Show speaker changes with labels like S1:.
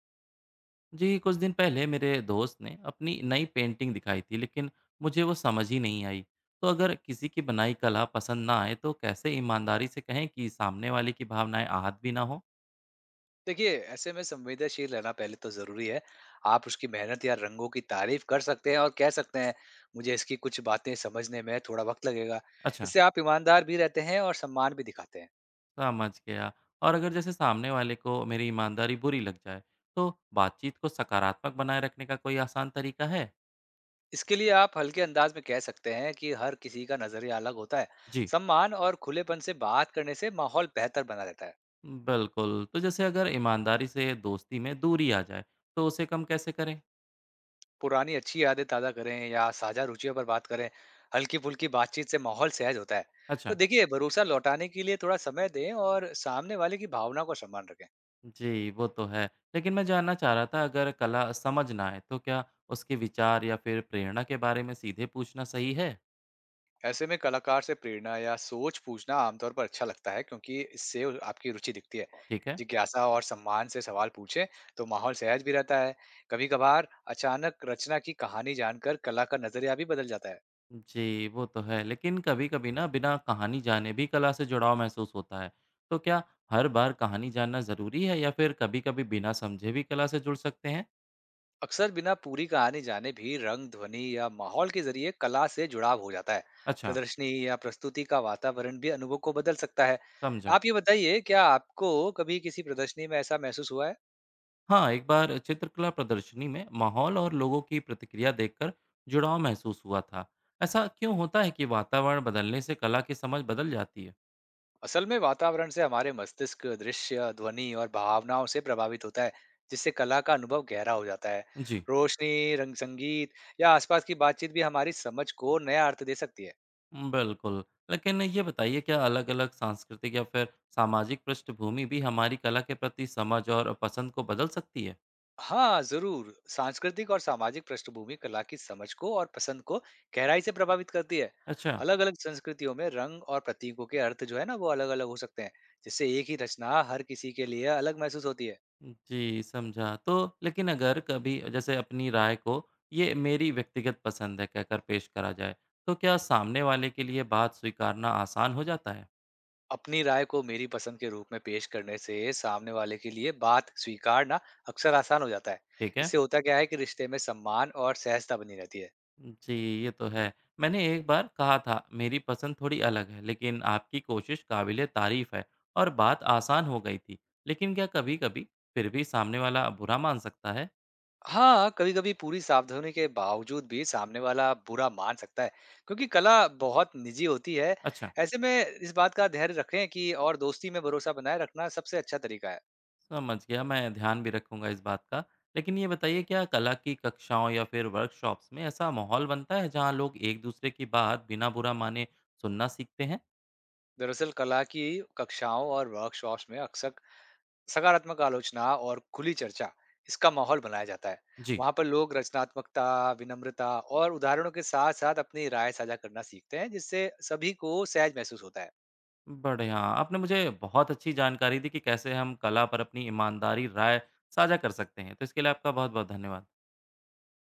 S1: जी, कुछ दिन पहले मेरे दोस्त ने अपनी नई पेंटिंग दिखाई थी, लेकिन मुझे वो समझ ही नहीं आई। तो अगर किसी की बनाई कला पसंद ना आए तो कैसे ईमानदारी से कहें कि सामने वाले की भावनाएं आहत भी ना हो।
S2: देखिए, ऐसे में संवेदनशील रहना पहले तो जरूरी है। आप उसकी मेहनत या रंगों की तारीफ कर सकते हैं और कह सकते हैं, मुझे इसकी कुछ बातें समझने में थोड़ा वक्त लगेगा।
S1: अच्छा।
S2: इससे आप ईमानदार भी रहते हैं और सम्मान भी दिखाते हैं।
S1: समझ गया। और अगर जैसे सामने वाले को मेरी ईमानदारी बुरी लग जाए तो बातचीत को सकारात्मक बनाए रखने का कोई आसान तरीका है?
S2: इसके लिए आप हल्के अंदाज में कह सकते हैं कि हर किसी का नजरिया अलग होता है।
S1: जी।
S2: सम्मान और खुलेपन से बात करने से माहौल बेहतर बना रहता है।
S1: बिल्कुल। तो जैसे अगर ईमानदारी से दोस्ती में दूरी आ जाए तो उसे कम कैसे करें?
S2: पुरानी अच्छी यादें ताज़ा करें या साझा रुचियों पर बात करें। हल्की फुल्की बातचीत से माहौल सहज होता है। तो
S1: अच्छा।
S2: देखिए, भरोसा लौटाने के लिए थोड़ा समय दें और सामने वाले की भावना को सम्मान रखें।
S1: जी, वो तो है। लेकिन मैं जानना चाह रहा था, अगर कला समझ ना आए तो क्या उसके विचार या फिर प्रेरणा के बारे में सीधे पूछना सही है?
S2: ऐसे में कलाकार से प्रेरणा या सोच पूछना आमतौर पर अच्छा लगता है, क्योंकि इससे आपकी रुचि दिखती है।
S1: ठीक है।
S2: जिज्ञासा और सम्मान से सवाल पूछें तो माहौल सहज भी रहता है। कभी कभार अचानक रचना की कहानी जानकर कला का नजरिया भी बदल जाता है।
S1: जी, वो तो है। लेकिन कभी-कभी ना बिना कहानी जाने भी कला से जुड़ाव महसूस होता है। तो क्या हर बार कहानी जानना ज़रूरी है या फिर कभी-कभी बिना समझे भी कला से जुड़ सकते हैं?
S2: अक्सर बिना पूरी कहानी जाने भी रंग, ध्वनि या माहौल के जरिए कला से जुड़ाव हो जाता है।
S1: अच्छा,
S2: प्रदर्शनी या प्रस्तुति का वातावरण भी अनुभव को बदल सकता है।
S1: समझा।
S2: आप ये बताइए, क्या आपको कभी किसी प्रदर्शनी में ऐसा महसूस हुआ है?
S1: हाँ, एक बार चित्रकला प्रदर्शनी में माहौल और लोगों की प्रतिक्रिया देखकर जुड़ाव महसूस हुआ था। ऐसा क्यों होता है कि वातावरण बदलने से कला की समझ बदल जाती है?
S2: असल में वातावरण से हमारे मस्तिष्क दृश्य, ध्वनि और भावनाओं से प्रभावित होता है, जिससे कला का अनुभव गहरा हो जाता है।
S1: जी,
S2: रोशनी, रंग, संगीत या आसपास की बातचीत भी हमारी समझ को नया अर्थ दे सकती है।
S1: बिल्कुल। लेकिन ये बताइए, क्या अलग-अलग सांस्कृतिक या फिर सामाजिक पृष्ठभूमि भी हमारी कला के प्रति समझ और पसंद को बदल सकती है?
S2: हाँ जरूर, सांस्कृतिक और सामाजिक पृष्ठभूमि कला की समझ को और पसंद को गहराई से प्रभावित करती है।
S1: अच्छा।
S2: अलग अलग संस्कृतियों में रंग और प्रतीकों के अर्थ जो है ना, वो अलग अलग हो सकते हैं, जिससे एक ही रचना हर किसी के लिए अलग महसूस होती है।
S1: जी, समझा। तो लेकिन अगर कभी जैसे अपनी राय को ये मेरी व्यक्तिगत पसंद है कहकर पेश करा जाए, तो क्या सामने वाले के लिए बात स्वीकारना आसान हो जाता है?
S2: अपनी राय को मेरी पसंद के रूप में पेश करने से सामने वाले के लिए बात स्वीकारना अक्सर आसान हो जाता है।
S1: ठीक है।
S2: इससे होता क्या है कि रिश्ते में सम्मान और सहजता बनी रहती है।
S1: जी, ये तो है। मैंने एक बार कहा था, मेरी पसंद थोड़ी अलग है, लेकिन आपकी कोशिश काबिल-ए-तारीफ़ है, और बात आसान हो गई थी। लेकिन क्या कभी-कभी फिर भी सामने वाला बुरा मान सकता है?
S2: हाँ, कभी-कभी पूरी सावधानी के बावजूद भी सामने वाला बुरा मान सकता है, क्योंकि कला बहुत निजी होती है।
S1: अच्छा,
S2: ऐसे में इस बात का धैर्य रखें कि और दोस्ती में भरोसा बनाए रखना सबसे अच्छा तरीका है।
S1: समझ गया, मैं ध्यान भी रखूँगा इस बात का। लेकिन ये बताइए, क्या कला की कक्षाओं या फिर वर्कशॉप्स में ऐसा माहौल बनता है, जहाँ लोग एक-दूसरे की बात बिना बुरा माने सुनना सीखते हैं?
S2: दरअसल कला की कक्षाओं और वर्कशॉप्स में अक्सर सकारात्मक आलोचना और खुली चर्चा इसका माहौल बनाया जाता है।
S1: जी।
S2: वहां पर लोग रचनात्मकता, विनम्रता और उदाहरणों के साथ साथ अपनी राय साझा करना सीखते हैं, जिससे सभी को सहज महसूस होता है।
S1: बढ़िया, आपने मुझे बहुत अच्छी जानकारी दी कि कैसे हम कला पर अपनी ईमानदारी राय साझा कर सकते हैं। तो इसके लिए आपका बहुत-बहुत धन्यवाद।